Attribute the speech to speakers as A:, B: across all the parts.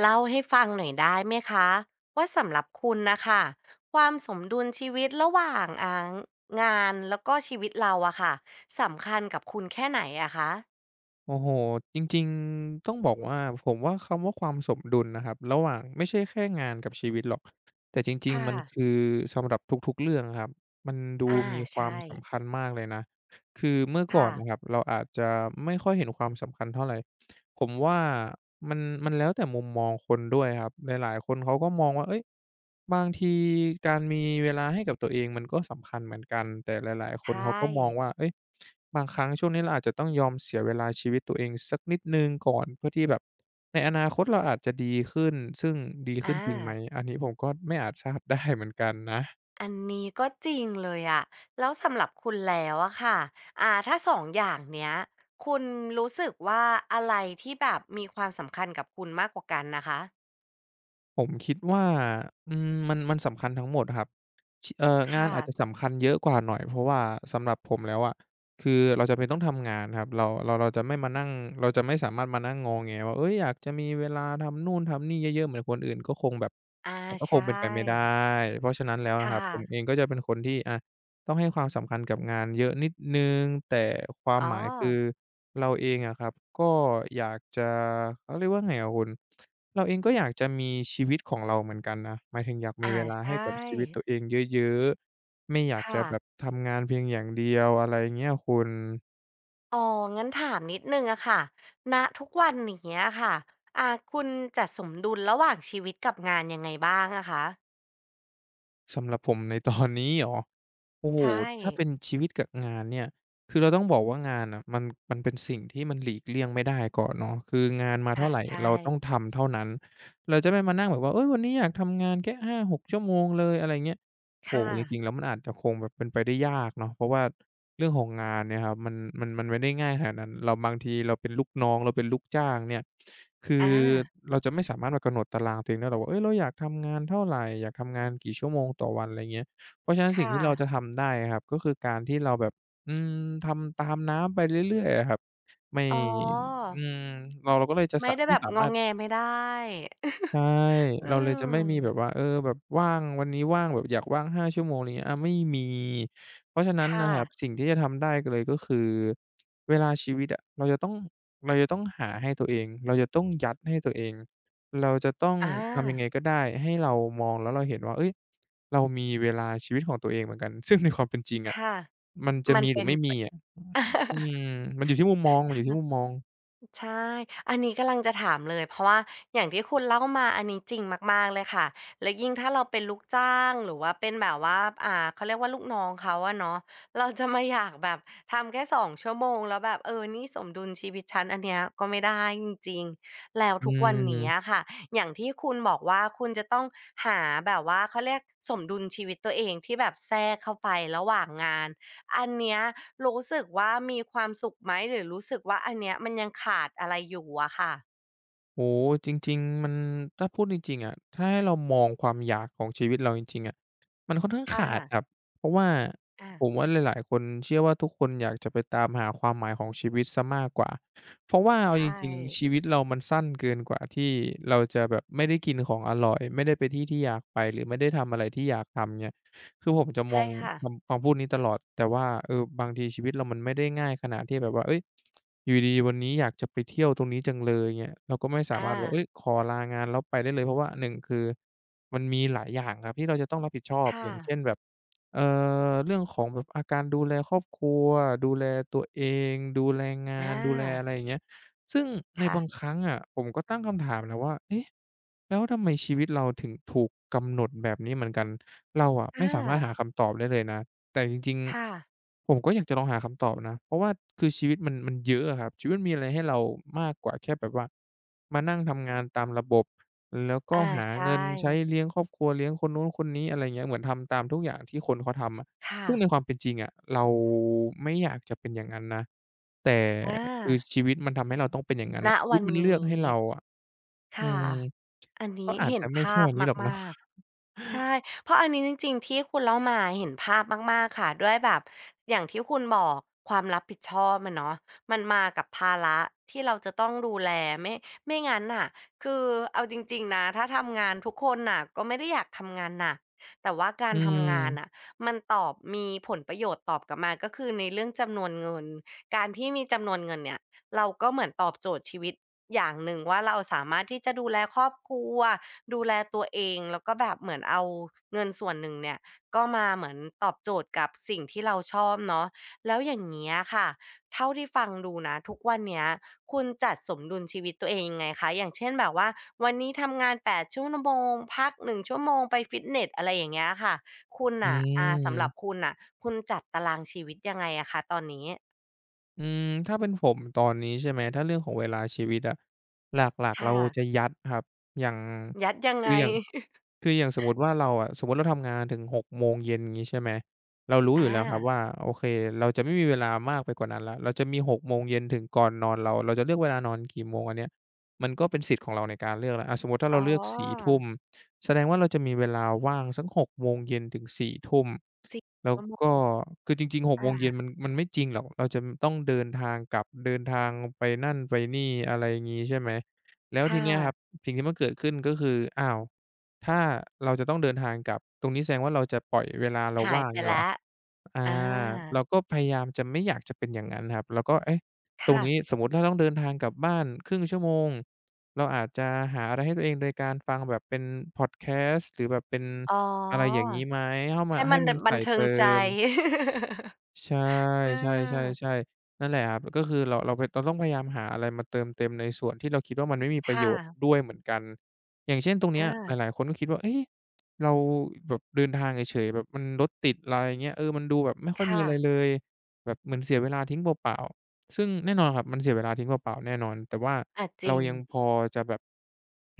A: เล่าให้ฟังหน่อยได้ไหมคะว่าสำหรับคุณนะคะความสมดุลชีวิตระหว่างงานแล้วก็ชีวิตเราอะค่ะสำคัญกับคุณแค่ไหนอะคะ
B: โอ้โฮจริงๆต้องบอกว่าผมว่าคำว่าความสมดุลนะครับ ระหว่างไม่ใช่แค่งานกับชีวิตหรอก แต่จริงๆ
A: ค่ะ
B: มันคือสำหรับทุกๆเรื่องอะครับ มันดู
A: อา
B: มีความ
A: ใช่
B: สำคัญมากเลยนะ คือเมื่อก่อ
A: ค่ะ
B: นนะครับเราอาจจะไม่ค่อยเห็นความสำคัญเท่าไร ผมว่ามันมันแล้วแต่มุมมองคนด้วยครับหลายๆคนเขาก็มองว่าเฮ้ยบางทีการมีเวลาให้กับตัวเองมันก็สำคัญเหมือนกันแต่หลายๆค
A: ใช
B: นเขา
A: ่
B: ก็มองว่าเฮ้ยบางครั้งช่วงนี้เราอาจจะต้องยอมเสียเวลาชีวิตตัวเองสักนิดหนึ่งก่อนเพื่อที่แบบในอนาคตเราอาจจะดีขึ้นซึ่งดีขึ้น
A: อา
B: จริงไหมอันนี้ผมก็ไม่อาจ ทราบได้เหมือนกันนะ
A: อันนี้ก็จริงเลยอะแล้วสำหรับคุณแล้วอะค่ะถ้าสองอย่างเนี้ยคุณรู้สึกว่าอะไรที่แบบมีความสำคัญกับคุณมากกว่ากันนะคะ
B: ผมคิดว่ามันสำคัญทั้งหมดครับชเอ่องาน
A: ค่ะ
B: อาจจะสำคัญเยอะกว่าหน่อยเพราะว่าสำหรับผมแล้วอะคือเราจำเป็นต้องทำงานครับเราจะไม่มานั่งเราจะไม่สามารถมานั่งงอแงว่าเฮ้ยอยากจะมีเวลาทำนู่นทำนี่เยอะๆเหมือนคนอื่นก็คงแบบ
A: อา
B: มันก็ค
A: ใช่
B: งเป็นไปไม่ได้เพราะฉะนั้นแล้วนะครับ
A: ค่ะ
B: ผมเองก็จะเป็นคนที่อะต้องให้ความสำคัญกับงานเยอะนิดหนึ่งแต่ความ
A: อ๋
B: ห
A: อ
B: มายคือเราเองอะครับก็อยากจะเขาเรียกว่าไงอะคุณ เราเองก็อยากจะมีชีวิตของเราเหมือนกันนะหมายถึงอยากมี
A: อ่า
B: เวลาให้
A: ใช่
B: กับชีวิตตัวเองเยอะๆไม่อยากจะ
A: ค่ะ
B: แบบทำงานเพียงอย่างเดียวอะไรเงี้ยคุณ
A: อ๋องั้นถามนิดนึงอะค่ะณทุกวันอย่างเงี้ยค่ะอ่าคุณจัดสมดุลระหว่างชีวิตกับงานยังไงบ้างอะคะ
B: สำหรับผมในตอนนี้ เหรอ โอ้โฮ
A: ใช่
B: ถ้าเป็นชีวิตกับงานเนี่ย คือเราต้องบอกว่างานน่ะมันมันเป็นสิ่งที่มันหลีกเลี่ยงไม่ได้ก่อนเนาะคืองานมา
A: อ่า
B: เท่าไร
A: ใช่
B: เราต้องทำเท่านั้นเราจะไม่มานั่งแบบว่าเฮ้ยวันนี้อยากทำงานแค่หาหกชั่วโมงเลยอะไรเงี้ยโอ้โฮ
A: ค่ะ
B: จริงๆแล้วมันอาจจะคงแบบเป็นไปได้ยากเนาะเพราะว่าเรื่องของงานเนี่ยครับมันมันไม่ได้ง่ายขนาดนั้นเราบางทีเราเป็นลูกน้องเราเป็นลูกจ้างเนี่ยคือ
A: อ่า
B: เราจะไม่สามารถมากำหนดตารางตัวเองได้หรอกว่าเฮ้ยเราอยากทำงานเท่าไรอยากทำงานกี่ชั่วโมงต่อวันอะไรเงี้ย เพราะฉะนั้นสิ่ง
A: ค่ะ
B: ที่เราจะทำได้ครับก็คือการที่เราแบบอืมทำตามน้ำไปเรื่อยๆอะครับไม่
A: อ๋อ
B: อืมเราก็เลยจะ
A: ไม่
B: สะ
A: ได้
B: ไม่
A: แบบ
B: สา
A: ง
B: มา
A: อ
B: รถ
A: แงไม่ได้
B: ใช่
A: อื
B: เราเลยจะ
A: ม
B: ไม่มีแบบว่าเออแบบว่างวันนี้ว่างแบบอยากว่าง5ชั่วโมงอะไรเงี้ยอาไม่มี เพราะฉะนั้นนะ
A: ค่ะ
B: ครับสิ่งที่จะทำได้ก็เลยก็คือเวลาชีวิตอะเราจะต้องเราจะต้องหาให้ตัวเองเราจะต้องยัดให้ตัวเองเราจะต้อง
A: อ
B: ทำยังไง
A: า
B: ก็ได้ให้เรามองแล้วเราเห็นว่าเฮ้ยเรามีเวลาชีวิตของตัวเองเหมือนกันซึ่งในความเป็นจริงอะ
A: ค่ะ
B: มันจะ
A: มัน
B: มีหรื
A: เป็
B: อ
A: น
B: ไม่
A: ไป
B: มีอะอืม มันอยู่ที่มุมมองมันอยู่ที่มุมมอง
A: ใช่อันนี้กำลังจะถามเลยเพราะว่าอย่างที่คุณเล่ามาอันนี้จริงมากๆเลยค่ะและยิ่งถ้าเราเป็นลูกจ้างหรือว่าเป็นแบบว่าเขาเรียกว่าลูกน้องเขาอะเนาะเราจะมาอยากแบบทำแค่2 ชั่วโมงแล้วแบบเออนี่สมดุลชีวิตฉันอันเนี้ยก็ไม่ได้จริงๆแล้ว
B: อื
A: ทุกวันนี้
B: ม
A: อะค่ะอย่างที่คุณบอกว่าคุณจะต้องหาแบบว่าเขาเรียกสมดุลชีวิตตัวเองที่แบบแทรกเข้าไประหว่างงาน อันเนี้ยรู้สึกว่ามีความสุขไหมหรือรู้สึกว่าอันเนี้ยมันยังขาดอะไรอยู่อะค่ะ
B: โอ้โฮจริงๆมันถ้าพูดจริงๆอะถ้าให้เรามองความอยากของชีวิตเราจริงๆอะมันค่อนข้าง
A: ค่ะ
B: ขาดครับเพราะว่า
A: อา
B: ผมว่าหลายๆคนเชื่อว่าทุกคนอยากจะไปตามหาความหมายของชีวิตเสียมากกว่าเพราะว่าเอาจ
A: ใช่
B: ริงๆชีวิตเรามันสั้นเกินกว่าที่เราจะแบบไม่ได้กินของอร่อยไม่ได้ไปที่ที่อยากไปหรือไม่ได้ทำอะไรที่อยากทำเงี้ย คือผมจะมอ
A: ใช่
B: ง
A: ค่ะ
B: คำพูดนี้ตลอดแต่ว่าเออบางทีชีวิตเรามันไม่ได้ง่ายขนาดที่แบบว่าเฮ้ยอยู่ดีๆวันนี้อยากจะไปเที่ยวตรงนี้จังเลยเงี้ยเราก็ไม่สา
A: อา
B: มารถแบบเฮ้ยขอลางานแล้วไปได้เลยเพราะว่าหนึ่งคือมันมีหลายอย่างครับที่เราจะต้องรับผิดชอบอ
A: ค่ะ
B: ย่างเช่นแบบเอ่อเรื่องของแบบอาการดูแลครอบครัวดูแลตัวเองดูแล
A: อ
B: งานดูแลอะไร
A: า
B: อย่างเงี้ยซึ่งใน
A: ค่ะ
B: บางครั้งอะผมก็ตั้งคำถามนะว่าเอ๊ะแล้วทำไมชีวิตเราถึงถูกกำหนดแบบนี้เหมือนกัน เราอะ
A: อ
B: ไม่สามารถหา
A: า
B: คำตอบได้เลยนะแต่จริง
A: ค่ะ
B: ๆผมก็อยากจะลองหาคำตอบนะเพราะว่าคือชีวิตมันเยอะอะครับชีวิตมันมีอะไรให้เรามากกว่าแค่แบบว่ามานั่งทำงานตามระบบแล้วก็
A: อา
B: หา
A: ใช่
B: เงินใช้เลี้ยงครอบครัวเลี้ยงคนนู้นคนนี้อะไรเงี้ยเหมือนทำตามทุกอย่างที่คนเขาทำอะ
A: ค่ะ
B: ซึ่งในความเป็นจริงอะเราไม่อยากจะเป็นอย่างนั้นนะแต่
A: อา
B: คือชีวิตมันทำให้เราต้องเป็นอย่างนั้น
A: ณ
B: น่ะชีวิ
A: วั
B: ต
A: น
B: มันเลือ
A: นี้
B: กให้เราอะอื
A: ค่ะ
B: ม
A: อัน
B: ก็
A: นี้
B: อาจ
A: เห็
B: จะ
A: น
B: ไม่แค่
A: ภาพ
B: นี้หรอกเนาะ
A: มากๆ ใช่เพราะอันนี้จริงๆที่คุณเล่ามาเห็นภาพมากๆค่ะด้วยแบบอย่างที่คุณบอกความรับผิดชอบอะเนาะมันมากับภาระที่เราจะต้องดูแลไม่ไม่งั้นน่ะคือเอาจริงๆนะถ้าทำงานทุกคนน่ะก็ไม่ได้อยากทำงานหนักแต่ว่ากา
B: อื
A: รทำงานน่ะ
B: ม
A: มันตอบมีผลประโยชน์ตอบกลับมาก็คือในเรื่องจำนวนเงินการที่มีจำนวนเงินเนี่ยเราก็เหมือนตอบโจทย์ชีวิตอย่างหนึ่งว่าเราสามารถที่จะดูแลครอบครัว ดูแลตัวเองแล้วก็แบบเหมือนเอาเงินส่วนหนึ่งเนี่ยก็มาเหมือนตอบโจทย์กับสิ่งที่เราชอบเนาะแล้วอย่างเงี้ยค่ะเท่าที่ฟังดูนะทุกวันเนี้ยคุณจัดสมดุลชีวิตตัวเองยังไงคะอย่างเช่นแบบว่าวันนี้ทำงาน8ชั่วโมงพัก1ชั่วโมงไปฟิตเนสอะไรอย่างเงี้ยค่ะคุณ
B: อื
A: น่ะสำหรับ
B: ม
A: คุณน่ะคุณจัดตารางชีวิตยังไงอะคะตอนนี้
B: อืมถ้าเป็นผมตอนนี้ใช่ไหมถ้าเรื่องของเวลาชีวิตอะหลักๆเรา
A: ค่ะ
B: จะยัดครับอย่าง
A: ยัดยังไง
B: คืออย่าง คืออย่างสมมุติว่าเราอะสมมุติเราทำงานถึง6โมงเย็นอย่างงี้ใช่ไหมเรารู้อยู่
A: อา
B: แล้วครับว่าโอเคเราจะไม่มีเวลามากไปกว่านั้นแล้วเราจะมี6โมงเย็นถึงก่อนนอนเราจะเลือกเวลานอนกี่โมงอันเนี้ยมันก็เป็นสิทธิ์ของเราในการเลือกแล้วอาสมมุติถ้า
A: อ๋
B: เรา
A: อ
B: เลือกสี่ทุ่มแสดงว่าเราจะมีเวลาว่างสักหกโมงเย็นถึงสี่ทุ่ม
A: สี่
B: แล้ว
A: ชั่วโม
B: ก็
A: ง
B: คือจริงๆ6โมงเย็น
A: อา
B: มันไม่จริงหรอกเราจะต้องเดินทางกลับเดินทางไปนั่นไปนี่อะไรงี้ใช่ไหมแล้ว
A: ค
B: ทีเนี้ยครับ
A: ่ะ
B: สิ่งที่มันเกิดขึ้นก็คืออ้าวถ้าเราจะต้องเดินทางกลับตรงนี้แสดงว่าเราจะปล่อยเวลาเรา
A: หาย
B: ว่าง
A: ไป
B: งี้เหรอ
A: แล้ว
B: อา
A: อา
B: เราก็พยายามจะไม่อยากจะเป็นอย่างนั้นครับแล้วก็เอ๊ะตรง
A: ค่ะ
B: นี้สมมุติถ้าต้องเดินทางกลับบ้านครึ่งชั่วโมงเราอาจจะหาอะไรให้ตัวเองโดยการฟังแบบเป็นพอดแคสต์หรือแบบเป็น
A: อ๋อ
B: อะไรอย่างงี้ไหมเข้ามา
A: ให้
B: ให้
A: มัน
B: มั
A: ด
B: นไต
A: บั
B: ร่
A: นเทิง
B: เติ
A: ใจ
B: ม ใช่
A: เอ
B: ใช
A: อ
B: ่ๆๆๆนั่นแหละครับก็คือเราไปนเราต้องพยายามหาอะไรมาเติมเต็มในส่วนที่เราคิดว่ามันไม่มีประโย
A: ค่ะ
B: ชน์ด้วยเหมือนกันอย่างเช่นตรง
A: เอา
B: เนี้ยหลายๆคนก็คิดว่าเอ๊ะเราแบบเดินทางเฉยๆแบบมันรถติดอะไรอย่างเงี้ยเออมันดูแบบไม่ค่อยมี
A: ค่ะ
B: อะไรเลยแบบเหมือนเสียเวลาทิ้งเปล่าๆซึ่งแน่นอนครับมันเสียเวลาทิ้งเปล่าๆแน่นอนแต่ว่า
A: อาจ
B: เรา
A: ริง
B: ยังพอจะแบบ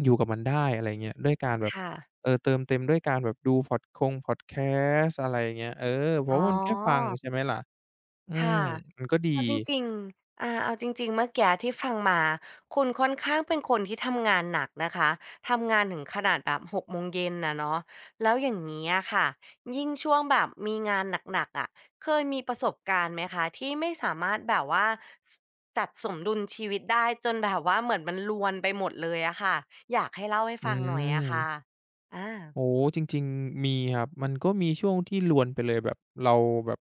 B: อยู่กับมันได้อะไรอย่างเงี้ยด้วยการแบบ
A: ค่ะ
B: เออเติมเต็มด้วยการแบบดูพอดแคสต์อะไรอย่างเงี้ยเออเพ
A: อ๋อ
B: ราะว่ามันแค่ฟังใช่ไหมล่ะ อืม
A: ค่ะ
B: มันก็ดี
A: เอาจริงๆอาเอาจริงๆเมื่อกี้ที่ฟังมาคุณค่อนข้างเป็นคนที่ทำงานหนักนะคะทำงานถึงขนาดแบบ6 โมงเย็นน่ะเนาะแล้วอย่างงี้อะค่ะยิ่งช่วงแบบมีงานหนักๆอะเคยมีประสบการณ์ไหมคะที่ไม่สามารถแบบว่าสจัดสมดุลชีวิตได้จนแบบว่าเหมือนมันรวนไปหมดเลยอะค่ะอยากให้เล่าให้
B: อื
A: ฟังหน่อยอะค่ะ
B: ม
A: อา
B: โอ้จริงๆมีครับมันก็มีช่วงที่รวนไปเลยแบบเราแบบ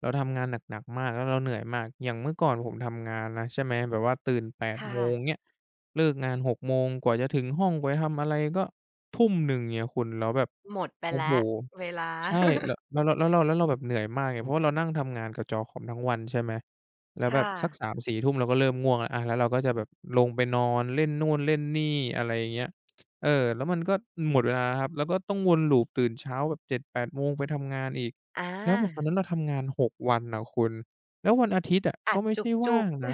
B: เราทำงานหนักๆมากแล้วเราเหนื่อยมากอย่างเมื่อก่อนผมทำงานนะใช่ไหมแบบว่าตื่น8โม
A: ค่ะ
B: งเงี้ยเลิกงาน6โมงกว่าจะถึงห้องกว่าจะทำอะไรก็ทุ่มหนึ่งเงี้ยคุณแล้วแบบ
A: หมดไป
B: โอ้โฮ
A: แล้วเวลา
B: ใช่ แล้วแล้วเราแล้วเราแล้วเราแบบเหนื่อยมากไงเพราะว่าเรานั่งทำงานกับจอคอมทั้งวันใช่ไหมแล้วแบบ
A: ค่ะ
B: สัก3-4ทุ่มเราก็เริ่มง่วงแล้วอาแล้วเราก็จะแบบลงไปนอนเล่นนู่นเล่นนี่อะไรอย่างเงี้ย เออแล้วมันก็หมดเวลาแล้วครับแล้วก็ต้องวนลูปตื่นเช้าแบบ7-8โมงไปทำงานอีก
A: อา
B: แล้วแบบตอนนั้นเราทำงานหกวันน่ะคุณแล้ววันอาทิตย์อะ
A: อั
B: ก็
A: ด
B: ไม่ใช่
A: จุ
B: ว่า
A: ก
B: ง
A: ๆ
B: นะ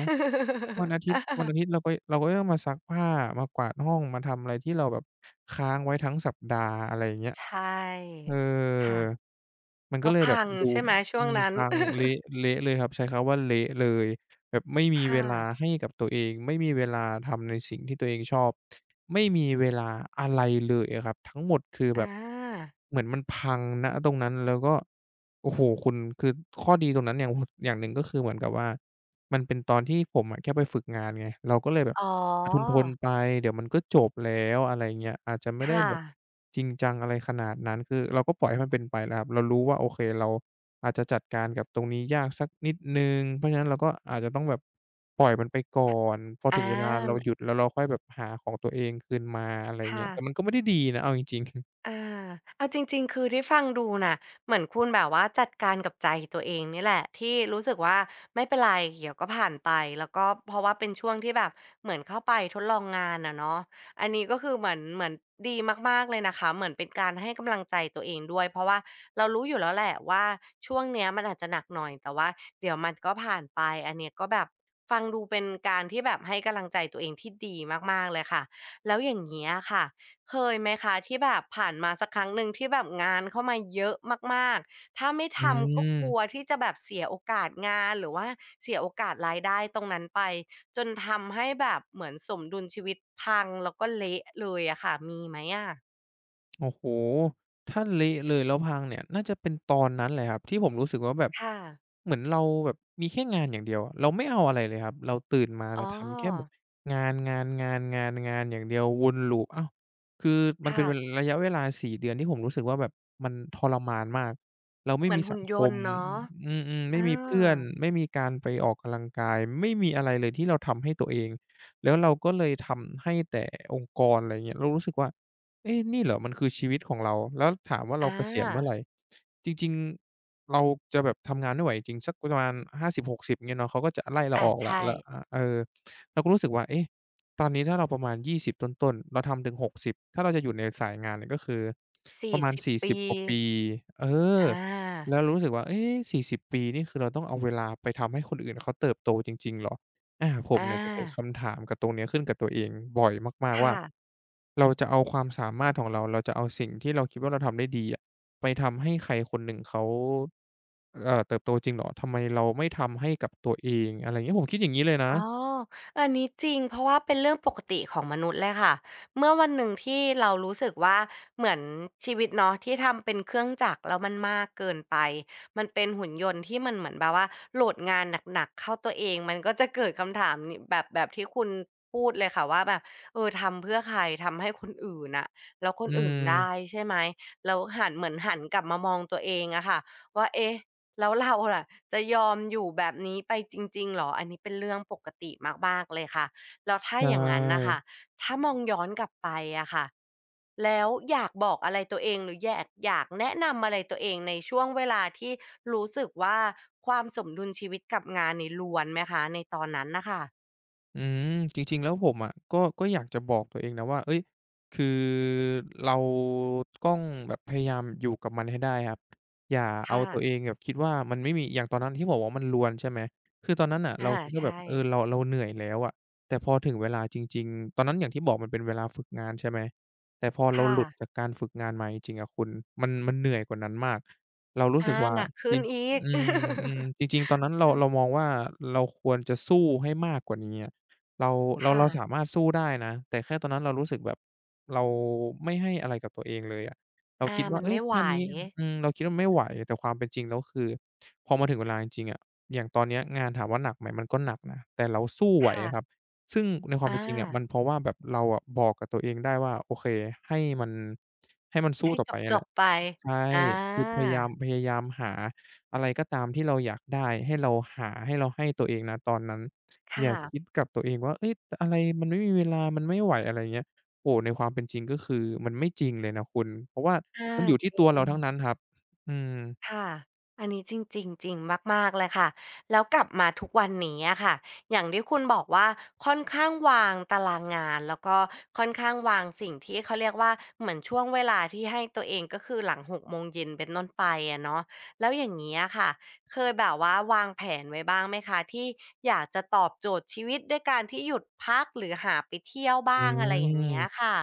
B: วันอา ทิต
A: เออ
B: ย์วันอาทิตย์เราก็ต้องมาซักผ้ามากวาดห้องมาทำอะไรที่เราแบบค้างไว้ทั้งสัปดาห์อะไรอย่างเงี้ย
A: ใช่
B: เออ
A: ค่ะ
B: มันก็
A: ก็
B: เลยแบบ
A: พัง
B: ดู
A: ใช่ไหม
B: อื
A: ช่วง
B: ม
A: นั้น
B: พังเละ เละเลยครับใช้คำว่าเละเลย แบบไม่มีเว
A: ค่ะ
B: ลาให้กับตัวเองไม่มีเวลาทำในสิ่งที่ตัวเองชอบไม่มีเวลาอะไรเลยอะครับทั้งหมดคือแบบ
A: อา
B: เหมือนมันพังณตรงนั้นแล้วก็โอ้โฮคุณคือข้อดีตรงนั้นอย่างอย่างหนึ่งก็คือเหมือนกับว่า มันเป็นตอนที่ผมอะแค่ไปฝึกงานไงเราก็เลยแบบ
A: อ๋อ
B: อะทนๆไปเดี๋ยวมันก็จบแล้วอะไรเงี้ยอาจจะไม่ได้
A: ค่ะ
B: แบบจริงจังอะไรขนาดนั้นคือเราก็ปล่อยให้มันเป็นไปแล้วครับเรารู้ว่าโอเคเราอาจจะจัดการกับตรงนี้ยากสักนิดหนึ่งเพราะฉะนั้นเราก็อาจจะต้องแบบปล่อยมันไปก่อนพอ
A: อา
B: ถึงเวลา
A: ม
B: เราหยุดแล้วเราค่อยแบบหาของตัวเองคืนมาอะไรเงี้
A: ค่ะ
B: ยแต่มันก็ไม่ได้ดีนะเอาจริงๆ
A: อาเอาจริงๆคือที่ฟังดูน่ะเหมือนคุณแบบว่าจัดการกับใจตัวเองนี่แหละที่รู้สึกว่าไม่เป็นไรเดี๋ยวก็ผ่านไปแล้วก็เพราะว่าเป็นช่วงที่แบบเหมือนเข้าไปทดลองงานอะเนาะอันนี้ก็คือเหมือนเหมือนดีมากๆเลยนะคะเหมือนเป็นการให้กำลังใจตัวเองด้วยเพราะว่าเรารู้อยู่แล้วแหละว่าช่วงเนี้ยมันอาจจะหนักหน่อยแต่ว่าเดี๋ยวมันก็ผ่านไปอันเนี้ยก็แบบฟังดูเป็นการที่แบบให้กำลังใจตัวเองที่ดีมากๆเลยค่ะแล้วอย่างเงี้ยค่ะ เคยไหมคะที่แบบผ่านมาสักครั้งหนึ่งที่แบบงานเข้ามาเยอะมากๆถ้าไม่
B: อื
A: ทำก็กลัว
B: ม
A: ที่จะแบบเสียโอกาสงานหรือว่าเสียโอกาสรายได้ตรงนั้นไปจนทำให้แบบเหมือนสมดุลชีวิตพังแล้วก็เละเลยอะค่ะมีไหมอะ
B: โอ้โฮถ้าเละเลยแล้วพังเนี่ยน่าจะเป็นตอนนั้นเลยครับที่ผมรู้สึกว่าแบบ
A: ค่ะ
B: เหมือนเราแบบมีแค่งานอย่างเดียวอะเราไม่เอาอะไรเลยครับเราตื่นมา
A: อ๋
B: เรา
A: อ
B: ทำแค่แบบงานๆๆๆๆอย่างเดียววนลูปอ้าวคือมันเป็น
A: ค่ะ
B: ระยะเวลา4เดือนที่ผมรู้สึกว่าแบบมันทรมานมากเราไม่
A: เหมือ
B: มี
A: น
B: สั
A: หุ่น
B: ง
A: ย
B: ค
A: น
B: ม
A: ต์เนาะ
B: อืมๆ
A: เอ
B: ไม่มีเพื่
A: อ
B: อนไม่มีการไปออกกำลังกายไม่มีอะไรเลยที่เราทำให้ตัวเองแล้วเราก็เลยทำให้แต่องค์กรอะไรอย่างเงี้ยเรารู้สึกว่า เอ๊ะนี่เหรอมันคือชีวิตของเราแล้วถามว่า
A: อ
B: เราเกษียณเมื่อไร
A: า
B: จริงๆเราจะแบบทำงานไม่ไหวจริงๆสักประมาณ50-60เงี้ยเนาะเขาก็จะไล่เรา
A: อา
B: ออกแล้ว
A: ใช่
B: แล้วอาเออเราก็รู้สึกว่าเอ๊ะตอนนี้ถ้าเราประมาณยี่สิยี่สิบต้นๆเราทำถึงหกสิบถ้าเราจะอยู่ในสายงานเนี่ยก็คือป
A: สี่
B: ระมาณ
A: สิบ
B: สี่สิ
A: ปี
B: บกว่าปีเออ
A: อา
B: แล้วรู้สึกว่าเอ๊ะสี่สิบปีนี่คือเราต้องเอาเวลาไปทำให้คนอื่นเขาเติบโตจริงๆเหรอ อาผม
A: อา
B: เนี่ยจะเกิดคำถามกับตรงเนี้ยขึ้นกับตัวเองบ่อยมากๆว่า
A: ค่ะ
B: เราจะเอาความสามารถของเราเราจะเอาสิ่งที่เราคิดว่าเราทำได้ดีอะไปทำให้ใครคนหนึ่งเขาเติบโตจริงเหรอทำไมเราไม่ทำให้กับตัวเองอะไรอย่างเงี้ยผมคิดอย่างงี้เลยนะ
A: อ๋ออันนี้จริงเพราะว่าเป็นเรื่องปกติของมนุษย์เลยค่ะเมื่อวันหนึ่งที่เรารู้สึกว่าเหมือนชีวิตเนาะที่ทำเป็นเครื่องจักรแล้วมันมากเกินไปมันเป็นหุ่นยนต์ที่มันเหมือนแบบว่าโหลดงานหนักๆเข้าตัวเองมันก็จะเกิดคำถามนี้แบบที่คุณพูดเลยค่ะว่าแบบเออทำเพื่อใครทำให้คนอื่นอะแล้วคน
B: อื
A: อื่น
B: ม
A: ได้ใช่ไหมแล้วหันเหมือนหันกลับมามองตัวเองอะค่ะว่าเอ๊ะ แล้วเราล่ะจะยอมอยู่แบบนี้ไปจริงๆเหรออันนี้เป็นเรื่องปกติมากๆเลยค่ะแล้วถ้า
B: ใช
A: อย่างงั้นน่ะ
B: ่
A: ค่ะถ้ามองย้อนกลับไปอะค่ะแล้วอยากบอกอะไรตัวเองหรืออยากแนะนำอะไรตัวเองในช่วงเวลาที่รู้สึกว่าความสมดุลชีวิตกับงานนี่ล้วนไหมคะในตอนนั้นน่ะค่ะ
B: อืมจริงๆแล้วผมอะก็อยากจะบอกตัวเองนะว่าเฮ้ยคือเราต้องแบบพยายามอยู่กับมันให้ได้ครับอย่าเอา
A: ค่ะ
B: ตัวเองแบบคิดว่ามันไม่มีอย่างตอนนั้นที่บอกว่ามันรวนใช่ไหมคือตอนนั้นน่ะเรา
A: อา
B: คิดว่าแบบ
A: ใช่
B: เออเราเหนื่อยแล้วอะแต่พอถึงเวลาจริงๆตอนนั้นอย่างที่บอกมันเป็นเวลาฝึกงานใช่ไหมแต่พอเรา
A: ค่ะ
B: หลุดจากการฝึกงานมาจริงๆอะคุณมันเหนื่อยกว่านั้นมากเรารู้สึ
A: อา
B: กว่า
A: หนัก
B: จ
A: ขึ้
B: ริ
A: น
B: ง
A: อีก
B: อืม ๆจริงๆตอนนั้นเรา
A: อืม
B: เรามองว่าเราควรจะสู้ให้มากกว่านี้อะ เราเรา
A: ค่ะ
B: เราสามารถสู้ได้นะแต่แค่ตอนนั้นเรารู้สึกแบบเราไม่ให้อะไรกับตัวเองเลยอะเรา
A: อา
B: คิดว่า
A: มัน
B: เฮ้ย
A: ไม่ไหว
B: แค่นี้อืมเราคิดว่าไม่ไหวแต่ความเป็นจริงแล้วคือพอมาถึงเวลาจริงๆอะอย่างตอนเนี้ยงานถามว่าหนักไหมมันก็หนักนะแต่เราสู้ไหว
A: ค่ะ
B: อะครับซึ่งในความเป็
A: อา
B: นจริงอะมันเพราะว่าแบบเราอะบอกกับตัวเองได้ว่าโอเคให้มันให้มันสู้
A: ให้
B: ต่อไปเนี่
A: จ
B: ยแห
A: บ
B: ละ
A: ๆไป
B: ใช่
A: อา
B: คือพยายามหาอะไรก็ตามที่เราอยากได้ให้เราหาให้ตัวเองนะตอนนั้น
A: ค
B: อย่าคิด
A: ่ะ
B: กับตัวเองว่าเฮ้ยอะไรมันไม่มีเวลามันไม่ไหวอะไรอย่างเงี้ยโอ้โฮในความเป็นจริงก็คือมันไม่จริงเลยนะคุณเพราะว่า
A: อา
B: มันอยู่ที่
A: จริ
B: ตัวเรา
A: ง
B: ทั้งนั้นครับอืม
A: ค่ะ อันนี้จริงจริงจริงมากๆเลยค่ะ แล้วกลับมาทุกวันนี้อะค่ะ อย่างที่คุณบอกว่าค่อนข้างวางตารางงานแล้วก็ค่อนข้างวางสิ่งที่เขาเรียกว่าเหมือนช่วงเวลาที่ให้ตัวเองก็คือหลังหกโมงเย็นเป็นต้นไปอะเนาะแล้วอย่างนี้อะค่ะเคยแบบว่าวางแผนไว้บ้างไหมคะที่อยากจะตอบโจทย์ชีวิตด้วยการที่หยุดพักหรือหาไปเที่ยว
B: อื
A: บ้างอะไรอย่างเงี้ย
B: ม
A: ค่ะ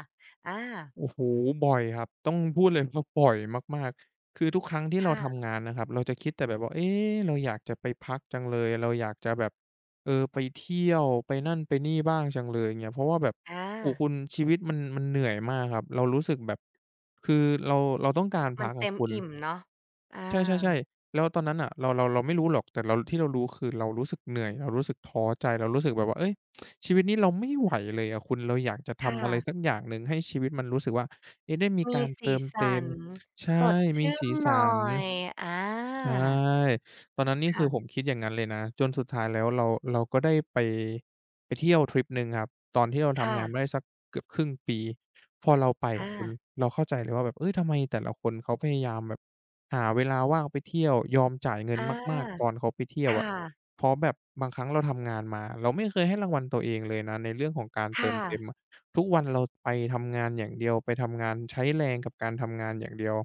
A: อา
B: โอ้โฮบ่อยครับต้องพูดเลยว่าบ่อยมากๆคือทุกครั้งที่เรา
A: ค่ะ
B: ทำงานนะครับเราจะคิดแต่แบบว่าเอ๊เราอยากจะไปพักจังเลยเราอยากจะแบบเออไปเที่ยวไปนั่นไปนี่บ้างจังเลยอย่างเงี้ยเพราะว่าแบบ
A: อา
B: โอ้โฮคุณชีวิตมันเหนื่อยมากครับเรารู้สึกแบบคือเราต้องการ
A: มั
B: พั
A: น
B: กอะ
A: เต็ม
B: คุณ
A: อิ่มเนาะอา
B: ใช่ๆๆแล้วตอนนั้นน่ะเราไม่รู้หรอกแต่เราที่เรารู้คือเรารู้สึกเหนื่อยเรารู้สึกท้อใจเรารู้สึกแบบว่าเฮ้ยชีวิตนี้เราไม่ไหวเลยอะคุณเราอยากจะทำอะ
A: ค่ะ
B: ไรสักอย่างหนึ่งให้ชีวิตมันรู้สึกว่าเอ๊ะได้มี
A: มี
B: การ
A: สี
B: เติมเต็
A: สั
B: ม
A: น
B: ใช่
A: สด
B: มี
A: ชื่น
B: สี
A: ห
B: สั
A: น่อ
B: น
A: ยอา
B: ใช่ตอนนั้น
A: ม
B: นี่คือผม
A: ค่ะ
B: คิดอย่างนั้นเลยนะจนสุดท้ายแล้วเราก็ได้ไปไปเที่ยวทริปหนึ่งครับตอนที่เรา
A: ค่ะ
B: ทำงานมาได้สักเกือบครึ่งปีพอเราไปอะ
A: อา
B: คุณเราเข้าใจเลยว่าแบบเฮ้ยทำไมแต่ละคนเขาพยายามแบบหาเวลาว่างไปเที่ยวยอมจ่ายเงิน
A: อา
B: มากๆตอนเขาไปเที่ยว
A: ค่ะ
B: อะเพราะแบบบางครั้งเราทำงานมาเราไม่เคยให้รางวัลตัวเองเลยนะในเรื่องของการเติ
A: ค่ะ
B: มเต็มอะทุกวันเราไปทำงานอย่างเดียวไปทำงานใช้แรงกับการทำงานอย่างเดียว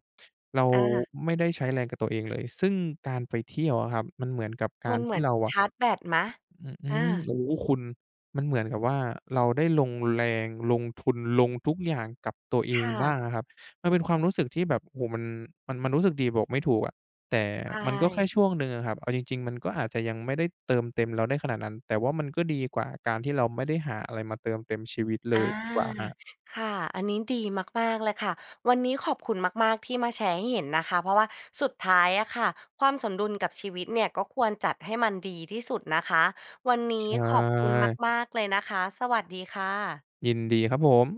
B: เรา
A: อา
B: ไม่ได้ใช้แรงกับตัวเองเลย ซึ่งการไปเที่ยวอะครับมันเหมือนกับกา
A: มั
B: ร
A: นเหมื
B: ที่
A: อน
B: เราอะ
A: ชาร์จแบตไหม
B: อืออื
A: อา
B: มโอ้โฮคุณมันเหมือนกับว่าเราได้ลงแรงลงทุนลงทุกอย่างกับตัวเอง
A: ค่ะ
B: บ้างอะครับมันเป็นความรู้สึกที่แบบโอ้โฮมันรู้สึกดีบอกไม่ถูกอะแต่
A: ใช่
B: มันก็แค่ช่วงหนึ่งอะครับเอาจริงๆมันก็อาจจะยังไม่ได้เติมเต็มเราได้ขนาดนั้นแต่ว่ามันก็ดีกว่าการที่เราไม่ได้หาอะไรมาเติมเต็มชีวิตเล
A: อ
B: ยดีกว่าครั
A: า
B: บ
A: ค่ะอันนี้ดีมากๆเลยค่ะ วันนี้ขอบคุณมากๆที่มาแชร์ให้เห็นนะคะ เพราะว่าสุดท้ายอะค่ะความสมดุลกับชีวิตเนี่ยก็ควรจัดให้มันดีที่สุดนะคะ วันนี้
B: ใช่
A: ขอบคุณมากๆเลยนะคะ สวัสดีค่ะ
B: ยินดีครับผม